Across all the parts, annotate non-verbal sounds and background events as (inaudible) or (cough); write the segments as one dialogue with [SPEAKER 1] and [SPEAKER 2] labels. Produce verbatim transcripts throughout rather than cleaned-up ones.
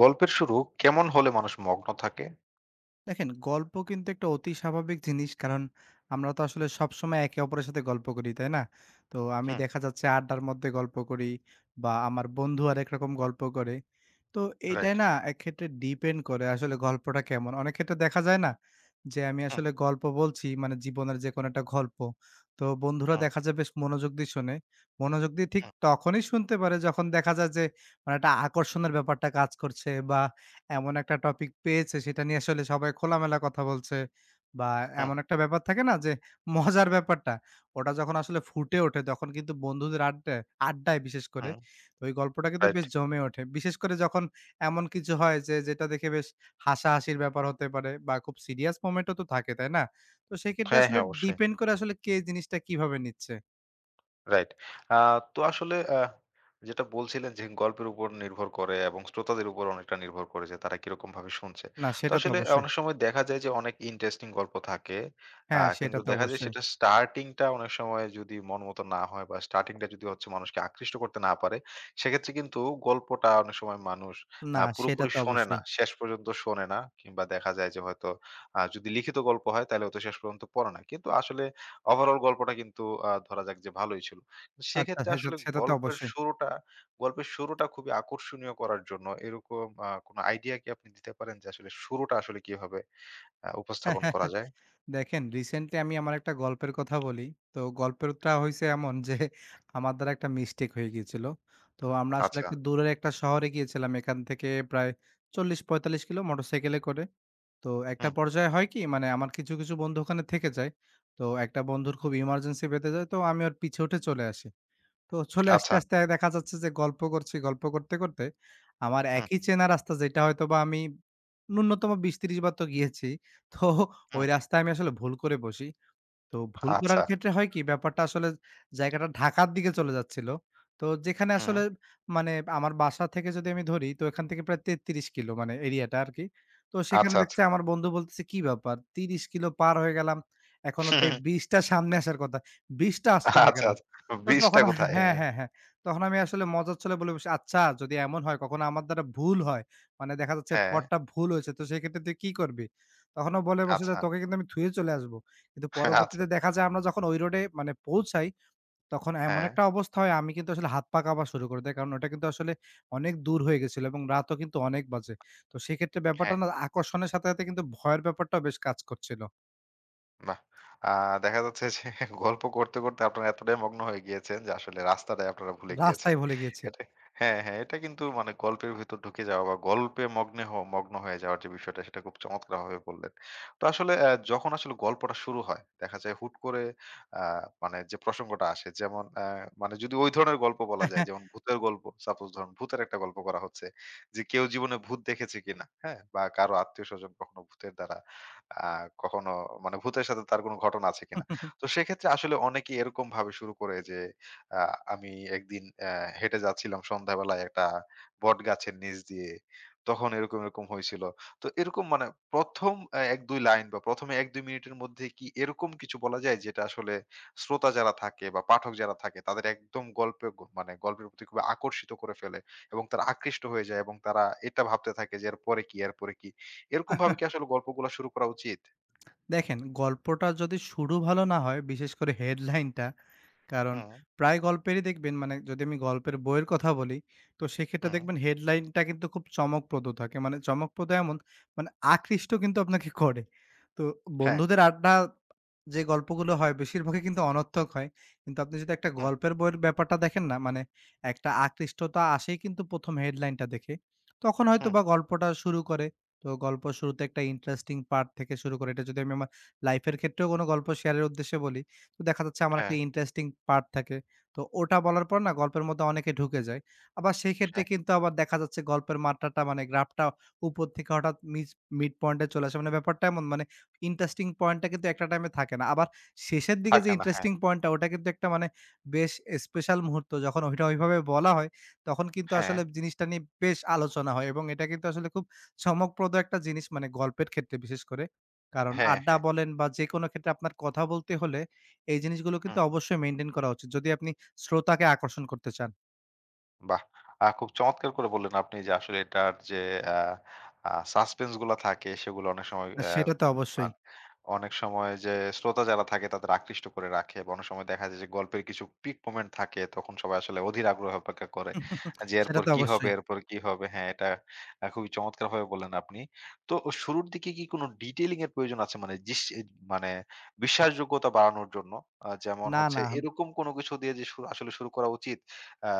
[SPEAKER 1] গল্পের শুরু কেমন হলে মানুষ মগ্ন থাকে?
[SPEAKER 2] দেখেন, গল্প কিন্তু একটা অতি স্বাভাবিক জিনিস। কারণ আমরা তো আসলে সবসময় একে অপরের সাথে গল্প করি, তাই না? তো আমি
[SPEAKER 1] হুম,
[SPEAKER 2] দেখা যাচ্ছে আড্ডার মধ্যে গল্প করি, বা আমার বন্ধু আরেক রকম গল্প করে। তো
[SPEAKER 1] রাইট।
[SPEAKER 2] এইটাই না একক্ষেত্রে ডিপেন্ড করে আসলে গল্পটা কেমন। অনেক ক্ষেত্রে দেখা যায় না যে আমি
[SPEAKER 1] হুম,
[SPEAKER 2] আসলে গল্প বলছি মানে জীবনের যেকোনো একটা গল্প। তো বন্ধুরা
[SPEAKER 1] হুম,
[SPEAKER 2] দেখা যায় বেশ মনোযোগ দিয়ে শোনে। মনোযোগ দিয়ে ঠিক
[SPEAKER 1] হুম,
[SPEAKER 2] তখনই শুনতে পারে যখন দেখা যায় যে মানে একটা আকর্ষণের ব্যাপারটা কাজ করছে, বা এমন একটা টপিক পেয়েছে সেটা নিয়ে আসলে সবাই খোলামেলা কথা বলছে, বা
[SPEAKER 1] হুম,
[SPEAKER 2] এমন একটা ব্যাপার থাকে না যে মজার ব্যাপারটা ওটা যখন আসলে ফুটে ওঠে তখন কিন্তু বন্ধুদের আড্ডায়, আড্ডায় বিশেষ করে
[SPEAKER 1] হুম,
[SPEAKER 2] তো ওই গল্পটা কিন্তু
[SPEAKER 1] রাইট।
[SPEAKER 2] বেশ জমে ওঠে, বিশেষ করে যখন এমন কিছু হয় যে, যেটা দেখে বেশ হাসাহাসির ব্যাপার হতে পারে বা খুব সিরিয়াস মোমেন্টও তো থাকে, তাই না? তো সেক্ষেত্রে
[SPEAKER 1] হ্যাঁ,
[SPEAKER 2] আসলে
[SPEAKER 1] হ্যাঁ, অবশ্যই।
[SPEAKER 2] ডিপেন্ড করে আসলে কে জিনিসটা কিভাবে নিচ্ছে।
[SPEAKER 1] রাইট। আ তো আসলে আ যেটা বলছিলেন যে গল্পের উপর নির্ভর করে এবং শ্রোতাদের উপর অনেকটা নির্ভর করে যে তারা কিরকমভাবে শুনছে।
[SPEAKER 2] না
[SPEAKER 1] তো
[SPEAKER 2] সেটা তো
[SPEAKER 1] আসলে আ
[SPEAKER 2] অবশ্যই।
[SPEAKER 1] অনেক সময় দেখা যায় যে অনেক ইন্টারেস্টিং গল্প থাকে। আ
[SPEAKER 2] হ্যাঁ সেটা
[SPEAKER 1] কিন্তু
[SPEAKER 2] তো
[SPEAKER 1] দেখা যায়
[SPEAKER 2] অবশ্যই।
[SPEAKER 1] সেটা স্টার্টিং টা অনেক সময় যদি মন মতো না হয় বা স্টার্টিং টা যদি হচ্ছে মানুষকে আকৃষ্ট করতে না পারে, সেক্ষেত্রে কিন্তু গল্পটা অনেক সময় মানুষ আ
[SPEAKER 2] না সেটা
[SPEAKER 1] পুরোপুরি
[SPEAKER 2] তো
[SPEAKER 1] শোনে না।
[SPEAKER 2] অবশ্যই।
[SPEAKER 1] শেষ পর্যন্ত শোনে না কিংবা দেখা যায় যে হয়তো আ যদি লিখিত গল্প হয় তাহলে হয়তো শেষ পর্যন্ত পড়ে না। কিন্তু আসলে ওভারঅল গল্পটা কিন্তু আ ধরা যাক যে ভালোই ছিল। কিন্তু
[SPEAKER 2] আচ্ছা,
[SPEAKER 1] সেক্ষেত্রে
[SPEAKER 2] সেটা
[SPEAKER 1] আসলে
[SPEAKER 2] সেটা তো
[SPEAKER 1] গল্পের
[SPEAKER 2] অবশ্যই।
[SPEAKER 1] শুরুটা গল্পের শুরুটা খুবই আকর্ষণীয় করার জন্য এরকম আ কোনো আইডিয়া কি আপনি দিতে পারেন যে আসলে শুরুটা আসলে কিভাবে আ উপস্থাপন করা
[SPEAKER 2] (laughs)
[SPEAKER 1] যায়?
[SPEAKER 2] দেখেন, রিসেন্টলি আমি আমার একটা গল্পের কথা বলি। তো গল্পেরটা হইছে এমন যে আমার দ্বারা একটা মিস্টেক হয়ে গিয়েছিল। তো আমরা আসলে
[SPEAKER 1] আচ্ছা।
[SPEAKER 2] একটু দূরের একটা শহরে গিয়েছিলাম এখান থেকে প্রায় চল্লিশ পঁয়তাল্লিশ কিলো মোটরসাইকেলে করে। তো একটা
[SPEAKER 1] হুম,
[SPEAKER 2] পর্যায়ে হয় কি মানে আমার কিছু, কিছু বন্ধু ওখানে থেকে যায়। তো একটা বন্ধুর খুব ইমার্জেন্সি বেঁধে যায়, তো আমি ওর পিছে উঠে চলে আসি। তো চলে আসতে,
[SPEAKER 1] আচ্ছা।
[SPEAKER 2] আসতে দেখা যাচ্ছে যে গল্প করছি, গল্প করতে, করতে আমার
[SPEAKER 1] হুম,
[SPEAKER 2] একই চেনা রাস্তা যেটা হয়তোবা আমি ন্যূনতম বিশ ত্রিশ বার তো গিয়েছি। তো ওই
[SPEAKER 1] হুম,
[SPEAKER 2] রাস্তায় আমি আসলে ভুল করে বসি। তো ভুল করার
[SPEAKER 1] আচ্ছা।
[SPEAKER 2] ক্ষেত্রে হয় কি ব্যাপারটা আসলে জায়গাটা ঢাকার দিকে চলে যাচ্ছিল। তো যেখানে
[SPEAKER 1] হুম,
[SPEAKER 2] আসলে মানে আমার বাসা থেকে যদি আমি ধরি তো এখান থেকে প্রায় তেত্রিশ কিলো মানে এরিয়াটা আরকি। তো সেখানে
[SPEAKER 1] আচ্ছা, আচ্ছা।
[SPEAKER 2] দেখছে আমার বন্ধু বলতেছে, "কি ব্যাপার, ত্রিশ কিলো পার হয়ে গেলাম। এখনো তো এই
[SPEAKER 1] হুম,
[SPEAKER 2] বিশ টা সামনে আসার কথা। বিশ টা আসছে না
[SPEAKER 1] আচ্ছা,
[SPEAKER 2] কেন?"
[SPEAKER 1] আচ্ছা।
[SPEAKER 2] তো
[SPEAKER 1] বীজটা
[SPEAKER 2] তখন,
[SPEAKER 1] কোথায়?
[SPEAKER 2] হ্যাঁ,
[SPEAKER 1] হ্যাঁ,
[SPEAKER 2] হ্যাঁ, হ্যাঁ। তখন আমি আসলে মজার ছলে বলে বসি, "আচ্ছা যদি এমন হয় কখনো আমার দ্বারা ভুল হয়, মানে দেখা যাচ্ছে
[SPEAKER 1] হ্যাঁ,
[SPEAKER 2] পথটা ভুল হয়েছে, তো সেক্ষেত্রে তুই কি করবি?" তখন ও বলে বসে যে,
[SPEAKER 1] আচ্ছা,
[SPEAKER 2] "তোকে কিন্তু আমি থুয়ে চলে আসব।" কিন্তু
[SPEAKER 1] আচ্ছা,
[SPEAKER 2] পরবর্তীতে দেখা যায় আমরা যখন ওই রোডে মানে পৌঁছাই, তখন এমন
[SPEAKER 1] হ্যাঁ,
[SPEAKER 2] একটা অবস্থা হয় আমি কিন্তু আসলে হাত পা কাঁপা শুরু করে দেই। কারণ ওটা কিন্তু আসলে অনেক দূর হয়ে গেছিল এবং রাতও কিন্তু অনেক বাজে। তো সেক্ষেত্রে ব্যাপারটা
[SPEAKER 1] হ্যাঁ।
[SPEAKER 2] না আকর্ষণের সাথে, সাথে কিন্তু ভয়ের ব্যাপারটাও বেশ কাজ করছিল।
[SPEAKER 1] বাহ! আ দেখা যাচ্ছে যে গল্প করতে, করতে আপনারা এতটাই মগ্ন হয়ে গিয়েছেন যে আসলে রাস্তাটাই আপনারা ভুলে গিয়েছেন।
[SPEAKER 2] রাস্তাই ভুলে গিয়েছি।
[SPEAKER 1] এটা হ্যাঁ, হ্যাঁ, এটা কিন্তু মানে গল্পের ভেতর ঢুকে যাওয়া বা গল্পে মগ্নে হ মগ্ন হয়ে যাওয়ার যে বিষয়টা সেটা খুব চমৎকারভাবে বললেন। তো আসলে অ্যা যখন আসলে গল্পটা শুরু হয়, দেখা যায় হুট করে আ মানে যে প্রসঙ্গটা আসে যেমন অ্যা মানে যদি ওই ধরনের গল্প বলা যায় যেমন ভূতের গল্প, সাপোজ ধরুন ভূতের একটা গল্প করা হচ্ছে যে কেউ জীবনে ভূত দেখেছে কিনা, হ্যাঁ? বা কারো আত্মীয়স্বজন কখনো ভূতের দ্বারা আ কখনো মানে ভূতের সাথে তার কোনো ঘটনা আছে কিনা। তো
[SPEAKER 2] (laughs)
[SPEAKER 1] সেক্ষেত্রে আসলে অনেকেই এরকম ভাবে শুরু করে যে আ আমি একদিন অ্যা হেঁটে যাচ্ছিলাম সন্ধ্যাবেলায় একটা বটগাছের নিচ দিয়ে। তখন এরকম, এরকম হইছিল। তো এরকম মানে ১ম অ্যা এক দুই লাইন বা ১ম এ এক দুই মিনিটের মধ্যে কি এরকম কিছু বলা যায় যেটা আসলে শ্রোতা যারা থাকে বা পাঠক যারা থাকে তাদের একদম গল্পে গ মানে গল্পের প্রতি খুবই আকর্ষিত করে ফেলে এবং তারা আকৃষ্ট হয়ে যায় এবং তারা এটা ভাবতে থাকে যে এরপরে কি, এরপরে কি? এরকমভাবে কি আসলে গল্পগুলা শুরু করা উচিত?
[SPEAKER 2] দেখেন, গল্পটা যদি শুরু ভালো না হয়, বিশেষ করে হেডলাইনটা। কারণ
[SPEAKER 1] হুম,
[SPEAKER 2] প্রায় গল্পেরই দেখবেন মানে যদি আমি গল্পের বইয়ের কথা বলি, তো সেক্ষেত্রে
[SPEAKER 1] হুম,
[SPEAKER 2] দেখবেন হেডলাইনটা কিন্তু খুব চমকপ্রদ থাকে। মানে চমকপ্রদ এমন মানে আকৃষ্ট কিন্তু আপনাকে করে। তো
[SPEAKER 1] হ্যাঁ।
[SPEAKER 2] বন্ধুদের আড্ডা, যে গল্পগুলো হয় বেশিরভাগই কিন্তু অনর্থক হয়। কিন্তু আপনি যদি একটা
[SPEAKER 1] হুম,
[SPEAKER 2] গল্পের বইয়ের ব্যাপারটা দেখেন না, মানে একটা আকৃষ্টতা আসেই কিন্তু প্রথম হেডলাইনটা দেখে। তখন
[SPEAKER 1] হুম,
[SPEAKER 2] হয়তোবা গল্পটা শুরু করে। তো গল্প শুরুতে একটা ইন্টারেস্টিং পার্ট থেকে শুরু করে। এটা যদি আমি আমার লাইফের ক্ষেত্রেও কোনো গল্প শেয়ারের উদ্দেশ্যে বলি, তো দেখা যাচ্ছে আমার
[SPEAKER 1] হ্যাঁ,
[SPEAKER 2] একটা ইন্টারেস্টিং পার্ট থাকে। তো ওটা বলার পর না গল্পের মধ্যে অনেকে ঢুকে যায়। আবার সেই ক্ষেত্রে
[SPEAKER 1] হ্যাঁ,
[SPEAKER 2] কিন্তু আবার দেখা যাচ্ছে গল্পের মাত্রাটা মানে গ্রাফটা উপর থেকে হঠাৎ মিস মিড পয়েন্ট এ চলে আসে। মানে ব্যাপারটা এমন মানে ইন্টারেস্টিং পয়েন্টটা কিন্তু একটা টাইমে থাকে না। আবার শেষের দিকে যে
[SPEAKER 1] থাকে না। হ্যাঁ,
[SPEAKER 2] ইন্টারেস্টিং পয়েন্টটা ওটা কিন্তু একটা মানে বেশ স্পেশাল মুহূর্ত। যখন ওইটা ওইভাবে বলা হয় তখন কিন্তু
[SPEAKER 1] হ্যাঁ,
[SPEAKER 2] আসলে জিনিসটা নিয়ে বেশ আলোচনা হয় এবং এটা কিন্তু আসলে খুব চমকপ্রদ একটা জিনিস, মানে গল্পের ক্ষেত্রে বিশেষ করে। কারণ
[SPEAKER 1] হ্যাঁ,
[SPEAKER 2] আড্ডা
[SPEAKER 1] হ্যাঁ।
[SPEAKER 2] বলেন বা যেকোনো ক্ষেত্রে আপনার কথা বলতে হলে এই জিনিসগুলো
[SPEAKER 1] হুম।
[SPEAKER 2] কিন্তু অবশ্যই মেইনটেইন করা উচিত, যদি আপনি শ্রোতাকে আকর্ষণ করতে চান।
[SPEAKER 1] বাহ! আ খুব চমৎকার করে বললেন আপনি যে আসলে এটার যে আ আ সাসপেন্স গুলা থাকে সেগুলো অনেক সময়
[SPEAKER 2] না
[SPEAKER 1] অ্যা
[SPEAKER 2] সেটা তো
[SPEAKER 1] আন
[SPEAKER 2] অবশ্যই।
[SPEAKER 1] অনেক সময় যে শ্রোতা যারা থাকে তাদের আকৃষ্ট করে রাখে এবং অনেক সময় দেখা যায় যে গল্পের কিছু পিক মোমেন্ট থাকে তখন সবাই আসলে অধীর আগ্রহে অপেক্ষা করে।
[SPEAKER 2] (laughs)
[SPEAKER 1] যে
[SPEAKER 2] সেটা
[SPEAKER 1] এরপর
[SPEAKER 2] তো
[SPEAKER 1] কি হবে,
[SPEAKER 2] অবশ্যই।
[SPEAKER 1] এরপর কি হবে? হ্যাঁ, এটা আ খুবই চমৎকারভাবে বললেন আপনি। তো শুরুর দিকে কি কোনো ডিটেইলিং এর প্রয়োজন আছে? মানে জিস এ মানে বিশ্বাসযোগ্যতা বাড়ানোর জন্য আ যেমন
[SPEAKER 2] না,
[SPEAKER 1] হচ্ছে
[SPEAKER 2] না।
[SPEAKER 1] এরকম কোনো কিছু দিয়ে যে শু আসলে শুরু করা উচিত আ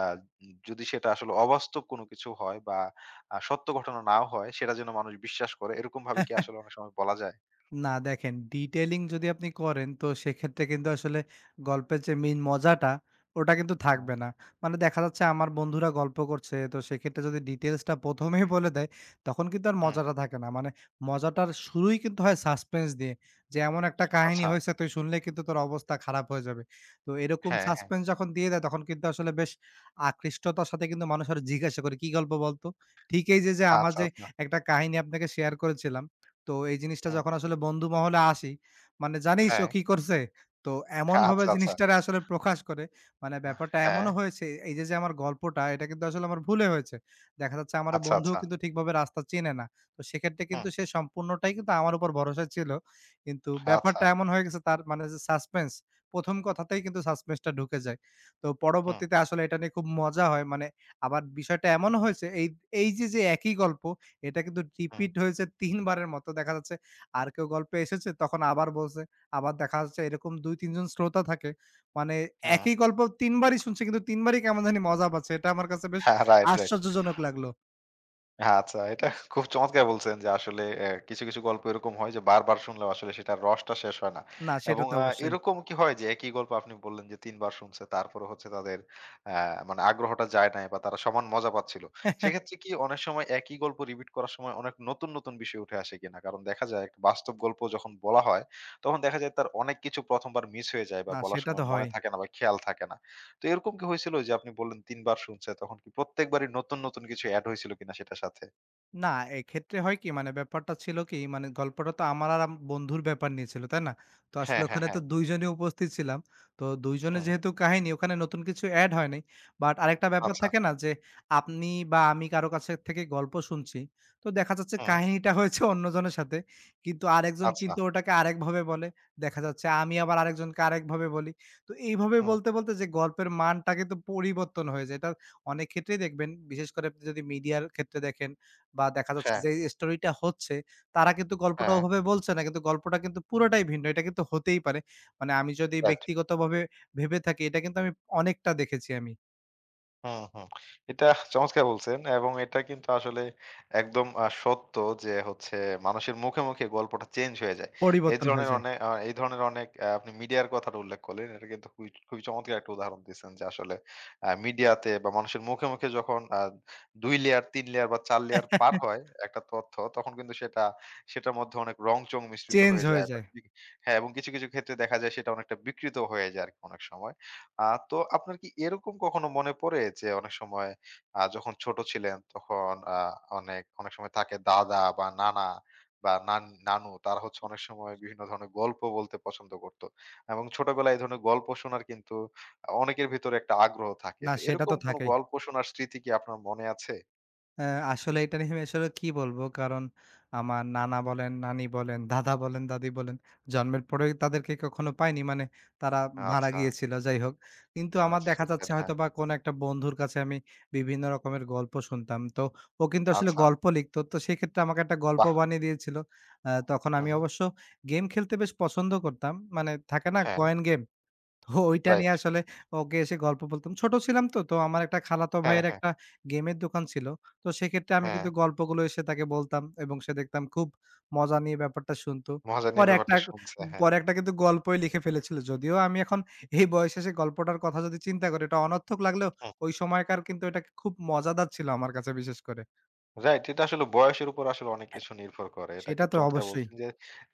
[SPEAKER 1] যদি সেটা আসলে অবাস্তব কোনো কিছু হয় বা আ সত্য ঘটনা নাও হয় সেটা যেন মানুষ বিশ্বাস করে এরকম ভাবে কি আসলে অনেক সময় বলা যায়?
[SPEAKER 2] না দেখেন, ডিটেইলিং যদি আপনি করেন তো সেক্ষেত্রে কিন্তু আসলে গল্পের যে মেইন মজাটা, ওটা কিন্তু
[SPEAKER 1] হুম,
[SPEAKER 2] থাকবে না। মানে দেখা যাচ্ছে আমার বন্ধুরা গল্প করছে তো সেক্ষেত্রে যদি ডিটেইলসটা প্রথম এই (laughs) বলে দেয় তখন কিন্তু আর
[SPEAKER 1] হুম,
[SPEAKER 2] মজাটা থাকে না। মানে মজাটার শুরুই কিন্তু হয় সাসপেন্স দিয়ে। যে এমন একটা কাহিনী
[SPEAKER 1] আচ্ছা।
[SPEAKER 2] হয়েছে তুই শুনলে কিন্তু তোর অবস্থা খারাপ হয়ে যাবে। তো এরকম
[SPEAKER 1] হ্যাঁ, হ্যাঁ।
[SPEAKER 2] সাসপেন্স যখন দিয়ে দেয় তখন কিন্তু আসলে বেশ আকৃষ্টতার সাথে কিন্তু মানুষ আরো জিজ্ঞাসা করে, "কি গল্প বলতো?" ঠিক এই যে, যে আমার
[SPEAKER 1] আচ্ছা,
[SPEAKER 2] যে
[SPEAKER 1] আচ্ছা।
[SPEAKER 2] একটা কাহিনী আপনাকে শেয়ার করেছিলাম, তো এই জিনিসটা
[SPEAKER 1] হুম,
[SPEAKER 2] যখন আসলে বন্ধু মহলে আসি, মানে জানিস ও
[SPEAKER 1] হ্যাঁ।
[SPEAKER 2] কি করছে? তো এমনভাবে
[SPEAKER 1] আচ্ছা, আচ্ছা।
[SPEAKER 2] জিনিসটারে আসলে প্রকাশ করে, মানে ব্যাপারটা
[SPEAKER 1] হ্যাঁ,
[SPEAKER 2] এমনও হয়েছে এই যে, যে আমার গল্পটা এটা কিন্তু আসলে আমার ভুলে হয়েছে। দেখা যাচ্ছে আমার ওই
[SPEAKER 1] আচ্ছা,
[SPEAKER 2] বন্ধুও
[SPEAKER 1] আচ্ছা।
[SPEAKER 2] কিন্তু ঠিকভাবে রাস্তা চেনে না। তো সেক্ষেত্রে
[SPEAKER 1] হুম,
[SPEAKER 2] কিন্তু সে সম্পূর্ণটাই কিন্তু আমার উপর ভরসা ছিল। কিন্তু
[SPEAKER 1] আচ্ছা।
[SPEAKER 2] ব্যাপারটা এমন হয়ে গেছে তার মানে যে সাসপেন্স, প্রথম কথাতেই কিন্তু সাসপেন্সটা ঢুকে যায়। তো
[SPEAKER 1] হুম,
[SPEAKER 2] পরবর্তীতে আসলে এটা নিয়ে খুব মজা হয়। মানে আবার বিষয়টা এমনও হয়েছে এই, এই যে, যে একই গল্প এটা কিন্তু
[SPEAKER 1] হুম,
[SPEAKER 2] রিপিট হয়েছে তিন বারের মতো দেখা যাচ্ছে। আর কেউ গল্পে এসেছে তখন আবার বলছে। আবার দেখা যাচ্ছে এরকম দুই তিন জন শ্রোতা থাকে। মানে
[SPEAKER 1] হুম।
[SPEAKER 2] একই
[SPEAKER 1] (laughs)
[SPEAKER 2] গল্প তিন বারই শুনছে কিন্তু তিন বারই কেমন জানি মজা পাচ্ছে। এটা আমার কাছে বেশ
[SPEAKER 1] হ্যাঁ, রাইট, রাইট।
[SPEAKER 2] আশ্চর্যজনক লাগলো।
[SPEAKER 1] আচ্ছা, এটা খুব চমৎকার বলছেন যে আসলে অ্যা কিছু, কিছু গল্প এরকম হয় যে বারবার শুনলেও আসলে সেটার রসটা শেষ হয় না।
[SPEAKER 2] না সেটা
[SPEAKER 1] এবং
[SPEAKER 2] তো
[SPEAKER 1] আ
[SPEAKER 2] অবশ্যই।
[SPEAKER 1] এরকম কি হয় যে একই গল্প আপনি বললেন যে তিন বার শুনছে তারপরে হচ্ছে তাদের অ্যা মানে আগ্রহটা যায় নাই বা তারা সমান মজা পাচ্ছিল। সেক্ষেত্রে
[SPEAKER 2] (laughs)
[SPEAKER 1] কি অনেক সময় একই গল্প রিপিট করার সময় অনেক নতুন, নতুন বিষয় উঠে আসে কিনা? কারণ দেখা যায় একটা বাস্তব গল্প যখন বলা হয় তখন দেখা যায় তার অনেক কিছু ১ম বার মিস হয়ে যায় বা
[SPEAKER 2] না
[SPEAKER 1] বলার
[SPEAKER 2] সেটা
[SPEAKER 1] সময়
[SPEAKER 2] তো
[SPEAKER 1] মনে
[SPEAKER 2] হয়।
[SPEAKER 1] থাকে না বা খেয়াল থাকে না। তো এরকম কি হয়েছিল যে আপনি বললেন তিন বার শুনছে, তখন কি প্রত্যেকবারই নতুন, নতুন কিছু এড হয়েছিল কিনা সেটার সাথে?
[SPEAKER 2] না, এক্ষেত্রে হয় কি মানে ব্যাপারটা ছিল কি মানে গল্পটা তো আমার আর আম বন্ধুর ব্যাপার নিয়ে ছিল, তাই না? তো
[SPEAKER 1] হ্যাঁ,
[SPEAKER 2] আসলে
[SPEAKER 1] হ্যাঁ,
[SPEAKER 2] ওখানে তো
[SPEAKER 1] হ্যাঁ।
[SPEAKER 2] দুই জনই উপস্থিত ছিলাম। তো দুই জনের
[SPEAKER 1] হুম,
[SPEAKER 2] যেহেতু কাহিনী, ওখানে নতুন কিছু এড হয় নাই। বাট আরেকটা ব্যাপার
[SPEAKER 1] আচ্ছা।
[SPEAKER 2] থাকে না যে আপনি বা আমি কারো কাছে থেকে গল্প শুনছি। তো দেখা যাচ্ছে
[SPEAKER 1] হুম,
[SPEAKER 2] কাহিনীটা হয়েছে অন্যজনের সাথে। কিন্তু আরেকজন
[SPEAKER 1] আচ্ছা।
[SPEAKER 2] কিন্তু ওটাকে আরেকভাবে বলে। দেখা যাচ্ছে আমি আবার আরেকজনকে আরেকভাবে বলি। তো এইভাবে
[SPEAKER 1] হুম,
[SPEAKER 2] বলতে, বলতে যে গল্পের মানটা কিন্তু পরিবর্তন হয়ে যায়। এটা অনেক ক্ষেত্রেই দেখবেন বিশেষ করে আপনি যদি মিডিয়ার ক্ষেত্রে দেখেন, বা দেখা যাচ্ছে
[SPEAKER 1] হ্যাঁ,
[SPEAKER 2] যে স্টোরিটা হচ্ছে, তারা কিন্তু গল্পটা
[SPEAKER 1] হ্যাঁ,
[SPEAKER 2] ওভাবে বলছে না। কিন্তু গল্পটা কিন্তু পুরোটাই ভিন্ন। এটা কিন্তু হতেই পারে। মানে আমি যদি
[SPEAKER 1] রাইট।
[SPEAKER 2] ব্যক্তিগতভাবে ভেবে থাকি, এটা কিন্তু আমি অনেকটা দেখেছি আমি।
[SPEAKER 1] হুম, হুম। এটা চমৎকার বলছেন এবং এটা কিন্তু আসলে একদম আ সত্য যে হচ্ছে মানুষের মুখে, মুখে গল্পটা চেঞ্জ হয়ে যায়। এই
[SPEAKER 2] পরিবর্তন হয়ে
[SPEAKER 1] ধরনের
[SPEAKER 2] যায়।
[SPEAKER 1] অনেক আ এই ধরনের অনেক আ আপনি মিডিয়ার কথাটা উল্লেখ করলেন। এটা কিন্তু খুবই, খুবই চমৎকার একটা উদাহরণ দিয়েছেন যে আসলে আ মিডিয়াতে বা মানুষের মুখে, মুখে যখন আ দুই লেয়ার, তিন লেয়ার বা চার লেয়ার পার হয়
[SPEAKER 2] (laughs)
[SPEAKER 1] একটা তথ্য তখন কিন্তু সেটা সেটার মধ্যে অনেক রং-চং মিশ্রিত
[SPEAKER 2] চেঞ্জ
[SPEAKER 1] হয়ে
[SPEAKER 2] হয়ে
[SPEAKER 1] যায়। বা
[SPEAKER 2] যায়।
[SPEAKER 1] কি- হ্যাঁ, এবং কিছু, কিছু ক্ষেত্রে দেখা যায় সেটা অনেকটা বিকৃত হয়ে যায় আরকি অনেক সময়। আ তো আপনার কি এরকম কখনো মনে পড়ে যে অনেক সময় আ যখন ছোট ছিলেন তখন আ অনেক অনেক সময় থাকে দাদা বা নানা বা নান নানু তারা হচ্ছে অনেক সময় বিভিন্ন ধরনের গল্প বলতে পছন্দ করত। এবং ছোটবেলায় এই ধরনের গল্প শোনার কিন্তু আ অনেকের ভিতরে একটা আগ্রহ থাকে।
[SPEAKER 2] না
[SPEAKER 1] তো
[SPEAKER 2] সেটা
[SPEAKER 1] এরকম
[SPEAKER 2] তো
[SPEAKER 1] কোনো
[SPEAKER 2] থাকেই।
[SPEAKER 1] গল্প শোনার স্মৃতি কি আপনার মনে আছে?
[SPEAKER 2] হ্যাঁ, আসলে এটা নিয়ে আমি আসলে কি বলবো? কারণ আমার নানা বলেন, নানি বলেন, দাদা বলেন, দাদি বলেন, জন্মের পরে তাদেরকে কখনো পাইনি। মানে তারা মারা
[SPEAKER 1] আচ্ছা,
[SPEAKER 2] গিয়েছিল, যাই হোক। কিন্তু আমার
[SPEAKER 1] আচ্ছা সো
[SPEAKER 2] দেখা
[SPEAKER 1] স্যাড
[SPEAKER 2] যাচ্ছে
[SPEAKER 1] হ্যাঁ।
[SPEAKER 2] হয়তোবা কোনো একটা বন্ধুর কাছে আমি বিভিন্ন রকমের গল্প শুনতাম। তো ও কিন্তু আসলে
[SPEAKER 1] আচ্ছা,
[SPEAKER 2] গল্প লিখতো। তো সেক্ষেত্রে আমাকে একটা গল্প
[SPEAKER 1] বাহ!
[SPEAKER 2] বানিয়ে দিয়েছিল। আ তখন আমি
[SPEAKER 1] হুম,
[SPEAKER 2] অবশ্য গেম খেলতে বেশ পছন্দ করতাম। মানে থাকে না?
[SPEAKER 1] হ্যাঁ,
[SPEAKER 2] কয়েন গেম? ওইটা
[SPEAKER 1] রাইট।
[SPEAKER 2] নিয়ে আসলে ওকে এসে গল্প বলতাম। ছোট ছিলাম তো, তো আমার একটা খালাতো
[SPEAKER 1] হ্যাঁ,
[SPEAKER 2] ভাইয়ের
[SPEAKER 1] হ্যাঁ,
[SPEAKER 2] একটা গেমের দোকান ছিল। তো সেক্ষেত্রে আমি
[SPEAKER 1] হ্যাঁ।
[SPEAKER 2] কিন্তু গল্পগুলো এসে তাকে বলতাম এবং সে দেখতাম খুব মজা নিয়ে ব্যাপারটা শুনতো।
[SPEAKER 1] মজা নিয়ে
[SPEAKER 2] পরে একটা
[SPEAKER 1] ব্যাপারটা শুনছে, হ্যাঁ।
[SPEAKER 2] পরে একটা কিন্তু গল্পই লিখে ফেলেছিল। যদিও আমি এখন এই বয়সে এসে গল্পটার কথা যদি চিন্তা করি এটা অনর্থক লাগলেও,
[SPEAKER 1] হুম।
[SPEAKER 2] ওই সময়কার কিন্তু এটা খুব মজাদার ছিল আমার কাছে বিশেষ করে।
[SPEAKER 1] রাইট। এটা আসলে বয়সের উপর আসলে অনেক কিছু নির্ভর করে। এটা
[SPEAKER 2] সেটা
[SPEAKER 1] খুব
[SPEAKER 2] তো
[SPEAKER 1] চমৎকার
[SPEAKER 2] অবশ্যই।
[SPEAKER 1] বলছেন যে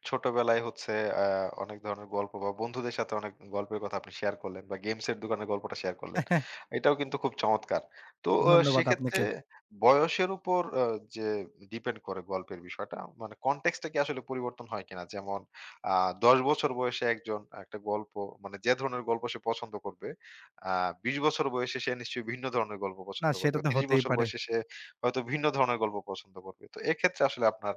[SPEAKER 1] ছোটবেলায় হচ্ছে আ অনেক ধরনের গল্প বা বন্ধুদের সাথে অনেক গল্পের কথা আপনি শেয়ার করলেন বা গেমস এর দোকানের গল্পটা শেয়ার করলেন।
[SPEAKER 2] (laughs)
[SPEAKER 1] এটাও কিন্তু খুব চমৎকার। তো অ
[SPEAKER 2] ধন্যবাদ
[SPEAKER 1] সেক্ষেত্রে
[SPEAKER 2] আপনাকে।
[SPEAKER 1] বয়সের উপর আ যে ডিপেন্ড করে গল্পের বিষয়টা মানে কনটেক্সট টা কি আসলে পরিবর্তন হয় কিনা? যেমন আ দশ বছর বয়সে একজন একটা গল্প মানে যে ধরনের গল্প সে পছন্দ করবে, আ বিশ বছর বয়সে সে নিশ্চয়ই ভিন্ন ধরনের গল্প
[SPEAKER 2] না
[SPEAKER 1] পছন্দ করবে।
[SPEAKER 2] সেটা তো
[SPEAKER 1] ত্রিশ
[SPEAKER 2] হতেই
[SPEAKER 1] বছর
[SPEAKER 2] পারে।
[SPEAKER 1] বয়সে সে হয়তো ভিন্ন ধরনের গল্প পছন্দ করবে। তো এক্ষেত্রে আসলে আপনার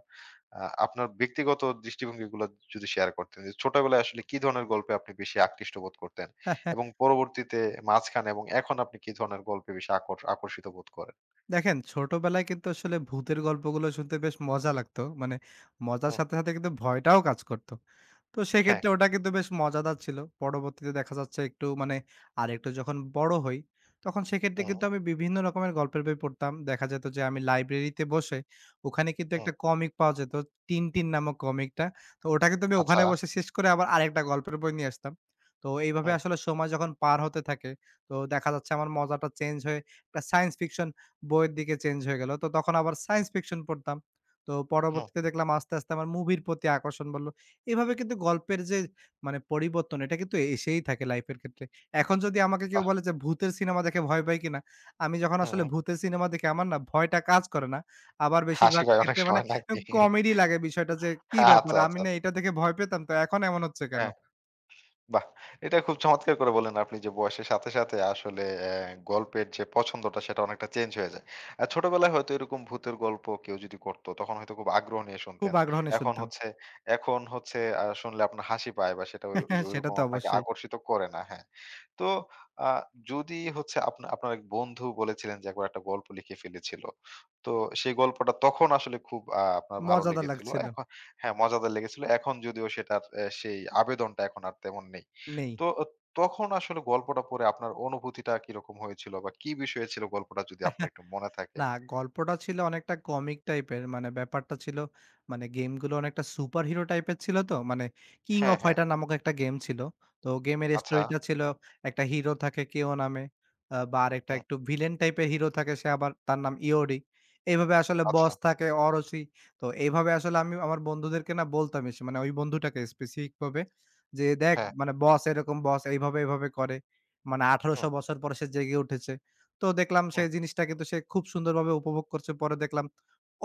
[SPEAKER 1] আ আপনার ব্যক্তিগত দৃষ্টিভঙ্গিগুলো যদি শেয়ার করতেন যে ছোটবেলায় আসলে কি ধরনের গল্পে আপনি বেশি আকৃষ্ট বোধ করতেন? এবং
[SPEAKER 2] (laughs)
[SPEAKER 1] পরবর্তীতে মাঝখানে এবং এখন আপনি কি ধরনের গল্পে বেশি আকর আকর্ষিত বোধ করেন?
[SPEAKER 2] দেখেন, ছোটবেলায় কিন্তু আসলে ভূতের গল্পগুলো শুনতে বেশ মজা লাগতো। মানে মজার
[SPEAKER 1] হুম,
[SPEAKER 2] সাথে, সাথে কিন্তু ভয়টাও কাজ করত। তো
[SPEAKER 1] হ্যাঁ,
[SPEAKER 2] সেক্ষেত্রে ওটা কিন্তু বেশ মজাদার ছিল। পরবর্তীতে দেখা যাচ্ছে একটু মানে আরেকটু যখন বড় হই, তখন সেক্ষেত্রে
[SPEAKER 1] হুম,
[SPEAKER 2] কিন্তু আমি বিভিন্ন রকমের গল্পের বই পড়তাম। দেখা যেত যে আমি লাইব্রেরিতে বসে ওখানে কিন্তু
[SPEAKER 1] হুম,
[SPEAKER 2] একটা কমিক পাওয়া যেত। 'টিনটিন' নামক কমিকটা। তো ওটা কিন্তু আমি
[SPEAKER 1] আচ্ছা,
[SPEAKER 2] ওখানে বসে শেষ করে আবার আরেকটা গল্পের বই নিয়ে আসতাম। তো এইভাবে
[SPEAKER 1] হুম,
[SPEAKER 2] আসলে সময় যখন পার হতে থাকে, তো দেখা যাচ্ছে আমার মজাটা চেঞ্জ হয়ে একটা সায়েন্স ফিকশন বইয়ের দিকে চেঞ্জ হয়ে গেল। তো তখন আবার সায়েন্স ফিকশন পড়তাম। তো
[SPEAKER 1] হুম,
[SPEAKER 2] পরবর্তীতে দেখলাম আস্তে, আস্তে আমার মুভির প্রতি আকর্ষণ বাড়ল। এভাবে কিন্তু গল্পের যে মানে পরিবর্তন, এটা কিন্তু এসেই থাকে লাইফের ক্ষেত্রে। এখন যদি আমাকে কেউ
[SPEAKER 1] বাহ!
[SPEAKER 2] বলে যে ভূতের সিনেমা দেখে ভয় পাই কিনা? আমি যখন
[SPEAKER 1] হুম,
[SPEAKER 2] আসলে ভূতের সিনেমা দেখি আমার না ভয়টা কাজ করে না। আবার
[SPEAKER 1] হাসি
[SPEAKER 2] বেশিরভাগ
[SPEAKER 1] পায় অনেক
[SPEAKER 2] ক্ষেত্রে মানে
[SPEAKER 1] সময়
[SPEAKER 2] এ
[SPEAKER 1] নাকি?
[SPEAKER 2] কমেডি লাগে বিষয়টা, যে কি
[SPEAKER 1] আচ্ছা,
[SPEAKER 2] ব্যাপার? আমি
[SPEAKER 1] আচ্ছা।
[SPEAKER 2] না এটা দেখে ভয় পেতাম, তো এখন এমন হচ্ছে কেন?
[SPEAKER 1] হ্যাঁ। বাহ! এটা খুব চমৎকার করে বললেন আপনি যে বয়সের সাথে, সাথে আসলে অ্যা গল্পের যে পছন্দটা সেটা অনেকটা চেঞ্জ হয়ে যায়। আর ছোটবেলায় হয়তো এরকম ভূতের গল্প কেউ যদি করত তখন হয়তো খুব আগ্রহ নিয়ে
[SPEAKER 2] খুব
[SPEAKER 1] শুনতেন।
[SPEAKER 2] আগ্রহ নিয়ে
[SPEAKER 1] এখন
[SPEAKER 2] শুনতাম।
[SPEAKER 1] হচ্ছে এখন হচ্ছে আ শুনলে আপনার হাসি পায় বা সেটা ওই ওইযে
[SPEAKER 2] (laughs) সেটা
[SPEAKER 1] ওইরকম
[SPEAKER 2] তো
[SPEAKER 1] আপনাকে
[SPEAKER 2] অবশ্যই।
[SPEAKER 1] আকর্ষিত করে না। হ্যাঁ। তো আ যদি হচ্ছে আপনা আপনার এক বন্ধু বলেছিলেন যে একবার একটা গল্প লিখে ফেলেছিল। তো সেই গল্পটা তখন আসলে খুব আ আপনার ভালো
[SPEAKER 2] মজাদার
[SPEAKER 1] লেগেছিল।
[SPEAKER 2] লাগছিল।
[SPEAKER 1] এখন হ্যাঁ, মজাদার লেগেছিল। এখন যদিও সেটার এ সেই আবেদনটা এখন আর তেমন নেই।
[SPEAKER 2] নেই।
[SPEAKER 1] তো অ তখন আসলে গল্পটা পড়ে আপনার অনুভূতিটা কিরকম হয়েছিল বা কি বিষয়ে ছিল গল্পটা যদি আপনার একটু মনে থাকে?
[SPEAKER 2] না, গল্পটা ছিল অনেকটা কমিক টাইপের। মানে ব্যাপারটা ছিল মানে গেমগুলো অনেকটা সুপারহিরো টাইপের ছিল তো। মানে 'কিং
[SPEAKER 1] হ্যাঁ,
[SPEAKER 2] অফ
[SPEAKER 1] হ্যাঁ।
[SPEAKER 2] ফাইটার' নামক একটা গেম ছিল। তো গেমের
[SPEAKER 1] আচ্ছা।
[SPEAKER 2] স্টোরিটা ছিল, একটা হিরো থাকে কেও নামে, আ বা আরেকটা
[SPEAKER 1] হুম,
[SPEAKER 2] একটু ভিলেন টাইপের হিরো থাকে, সে আবার তার নাম ইয়োরি। এইভাবে আসলে
[SPEAKER 1] আচ্ছা।
[SPEAKER 2] বস থাকে অরোচি। তো এইভাবে আসলে আমি আমার বন্ধুদেরকে না বলতাম এসে, মানে ওই বন্ধুটাকে স্পেসিফিক ভাবে, যে, "দেখ
[SPEAKER 1] হ্যাঁ,
[SPEAKER 2] মানে বস এরকম, বস এইভাবে, এইভাবে করে। মানে
[SPEAKER 1] হুম,
[SPEAKER 2] আঠারোশো বছর পর সে জেগে উঠেছে।" তো দেখলাম
[SPEAKER 1] হুম,
[SPEAKER 2] সেই জিনিসটা কিন্তু সে খুব সুন্দরভাবে উপভোগ করছে। পরে দেখলাম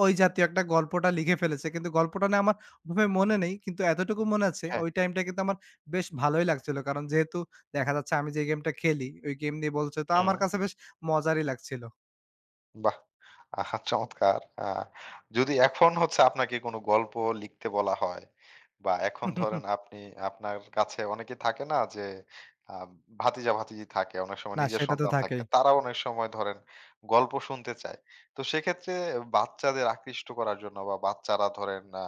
[SPEAKER 2] ওই জাতীয় একটা গল্পটা লিখে ফেলেছে। কিন্তু গল্পটা না আমার ওভাবে মনে নেই। কিন্তু এতটুকু মনে আছে
[SPEAKER 1] হ্যাঁ,
[SPEAKER 2] ওই টাইমটা কিন্তু আমার বেশ ভালোই লাগছিল। কারণ যেহেতু দেখা যাচ্ছে আমি যে গেমটা খেলি, ওই গেম নিয়ে বলছে তো
[SPEAKER 1] হুম।
[SPEAKER 2] আমার কাছে বেশ মজারই লাগছিল।
[SPEAKER 1] বাহ! আহা চমৎকার! আ যদি এখন হচ্ছে আপনাকে কোনো গল্প লিখতে বলা হয় বা এখন ধরেন
[SPEAKER 2] (laughs)
[SPEAKER 1] আপনি আপনার কাছে অনেকে থাকে না যে আ ভাতিজা-ভাতিজি থাকে, অনেক সময়
[SPEAKER 2] না
[SPEAKER 1] নিজের
[SPEAKER 2] সেটা তো
[SPEAKER 1] সন্তান থাকে।
[SPEAKER 2] থাকেই।
[SPEAKER 1] তারা অনেক সময় ধরেন গল্প শুনতে চায়। তো সেক্ষেত্রে বাচ্চাদের আকৃষ্ট করার জন্য বা বাচ্চারা ধরেন আ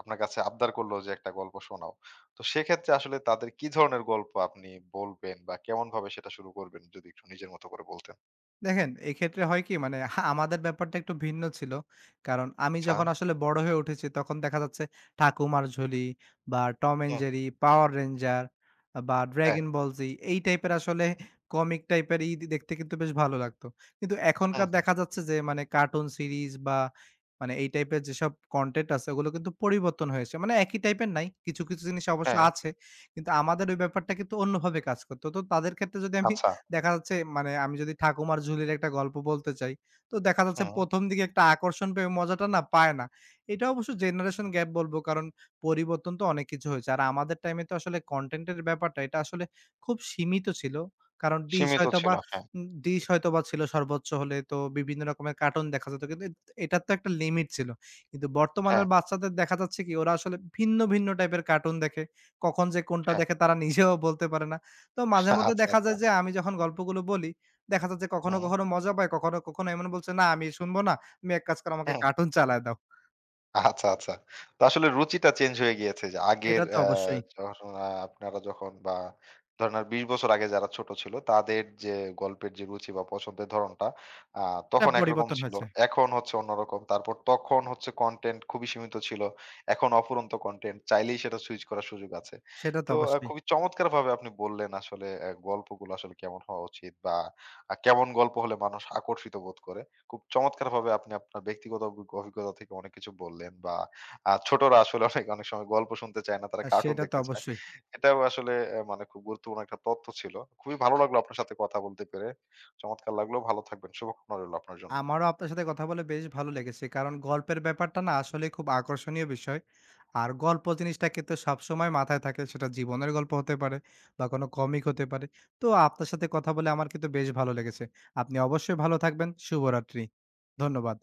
[SPEAKER 1] আপনার কাছে আবদার করলো যে একটা গল্প শোনাও। তো সেক্ষেত্রে আসলে তাদের কি ধরনের গল্প আপনি বলবেন বা কেমনভাবে সেটা শুরু করবেন? যদি একটু নিজের মতো করে বলতেন।
[SPEAKER 2] দেখেন, এক্ষেত্রে হয় কি মানে হা আমাদের ব্যাপারটা একটু ভিন্ন ছিল। কারণ আমি
[SPEAKER 1] আচ্ছা।
[SPEAKER 2] যখন আসলে বড় হয়ে উঠেছি তখন দেখা যাচ্ছে ঠাকুমার ঝুলি বা Tom and
[SPEAKER 1] hmm.
[SPEAKER 2] Jerry, Power Ranger বা
[SPEAKER 1] হ্যাঁ।
[SPEAKER 2] ড্রাগন বল জি এই টাইপের আসলে কমিক টাইপের ই দেখতে কিন্তু বেশ ভালো লাগতো। কিন্তু
[SPEAKER 1] হুম,
[SPEAKER 2] এখনকার
[SPEAKER 1] হুম।
[SPEAKER 2] দেখা যাচ্ছে যে মানে কার্টুন সিরিজ বা মানে এই টাইপের যেসব কনটেন্ট আছে ওগুলো কিন্তু পরিবর্তন হয়েছে। মানে একই টাইপের নাই। কিছু, কিছু জিনিস অবশ্য
[SPEAKER 1] হ্যাঁ।
[SPEAKER 2] আছে। কিন্তু আমাদের ওই ব্যাপারটা কিন্তু অন্যভাবে কাজ করত। তো তাদের ক্ষেত্রে যদি আমি,
[SPEAKER 1] আচ্ছা।
[SPEAKER 2] দেখা যাচ্ছে মানে আমি যদি ঠাকুমার ঝুলির একটা গল্প বলতে চাই, তো দেখা যাচ্ছে
[SPEAKER 1] হুম।
[SPEAKER 2] প্রথম দিকে একটা আকর্ষণ পেয়ে মজাটা না পায় না। এটা অবশ্য জেনারেশন গ্যাপ বলব, কারণ পরিবর্তন তো অনেক কিছু হয়েছে। আর আমাদের টাইমে তো আসলে কনটেন্ট এর ব্যাপারটা এটা আসলে খুব সীমিত ছিল। কারণ ডিশ
[SPEAKER 1] সীমিত ছিল।
[SPEAKER 2] হয়তোবা
[SPEAKER 1] হ্যাঁ,
[SPEAKER 2] উম ডিশ হয়তোবা ছিল সর্বোচ্চ হলে, তো বিভিন্ন রকমের কার্টুন দেখা যেত। কিন্তু এ এটার তো একটা লিমিট ছিল। কিন্তু
[SPEAKER 1] হ্যাঁ,
[SPEAKER 2] বর্তমানের বাচ্চাদের দেখা যাচ্ছে কি, ওরা আসলে ভিন্ন, ভিন্ন টাইপের কার্টুন দেখে। কখন যে কোনটা
[SPEAKER 1] হ্যাঁ।
[SPEAKER 2] দেখে তারা নিজেও বলতে পারে না। তো মাঝে
[SPEAKER 1] আচ্ছা,
[SPEAKER 2] মধ্যে দেখা
[SPEAKER 1] আচ্ছা।
[SPEAKER 2] যায় যে আমি যখন গল্পগুলো বলি, দেখা যাচ্ছে কখনো,
[SPEAKER 1] হুম।
[SPEAKER 2] কখনো মজা পায়, কখনো, কখনো এমন বলছে, "না আমি শুনবো না। তুমি এক কাজ করো, আমাকে
[SPEAKER 1] হুম
[SPEAKER 2] কার্টুন চালায় দাও।"
[SPEAKER 1] আচ্ছা, আচ্ছা। তো আসলে রুচিটা চেঞ্জ হয়ে গিয়েছে যে আগের
[SPEAKER 2] সেটা তো
[SPEAKER 1] আ
[SPEAKER 2] অবশ্যই।
[SPEAKER 1] যখন আ আপনারা যখন বা ধরেন আর বিশ বছর আগে যারা ছোট ছিল তাদের যে গল্পের যে রুচি বা পছন্দের ধরনটা আ
[SPEAKER 2] এটা
[SPEAKER 1] তখন একরকম
[SPEAKER 2] পরিবর্তন
[SPEAKER 1] ছিল।
[SPEAKER 2] হয়েছে।
[SPEAKER 1] এখন হচ্ছে অন্যরকম। তারপর তখন হচ্ছে কনটেন্ট খুবই সীমিত ছিল। এখন অফুরন্ত কনটেন্ট। চাইলেই সেটা সুইচ করার সুযোগ আছে।
[SPEAKER 2] সেটা তো
[SPEAKER 1] তো আ
[SPEAKER 2] অবশ্যই।
[SPEAKER 1] খুবই চমৎকারভাবে আপনি বললেন আসলে অ্যা গল্পগুলো আসলে কেমন হওয়া উচিত বা আ কেমন গল্প হলে মানুষ আকর্ষিত বোধ করে। খুব চমৎকারভাবে আপনি আপনার ব্যক্তিগত অভি- অভিজ্ঞতা থেকে অনেক কিছু বললেন বা আহ, ছোটরা আসলে অনেক অনেক সময় গল্প শুনতে চায় না, তারা
[SPEAKER 2] আ
[SPEAKER 1] কার্টুন
[SPEAKER 2] সেটা তো
[SPEAKER 1] দেখতে চায়।
[SPEAKER 2] অবশ্যই।
[SPEAKER 1] এটাও আসলে আহ, মানে খুব গুরুত্বপূর্ণ একটা তথ্য ছিল। খুবই ভালো লাগলো আপনার সাথে কথা বলতে পেরে। চমৎকার লাগলো। ভালো থাকবেন। শুভকামনা রইল আপনার জন্য।
[SPEAKER 2] আমারও আপনার সাথে কথা বলে বেশ ভালো লেগেছে। কারণ গল্পের ব্যাপারটা না আসলেই খুব আকর্ষণীয় বিষয়। আর গল্প জিনিসটা কিন্তু সবসময় মাথায় থাকে। সেটা জীবনের গল্প হতে পারে, বা কোনো কমিক হতে পারে। তো আপনার সাথে কথা বলে আমার কিন্তু বেশ ভালো লেগেছে। আপনি অবশ্যই ভালো থাকবেন। শুভরাত্রি। ধন্যবাদ।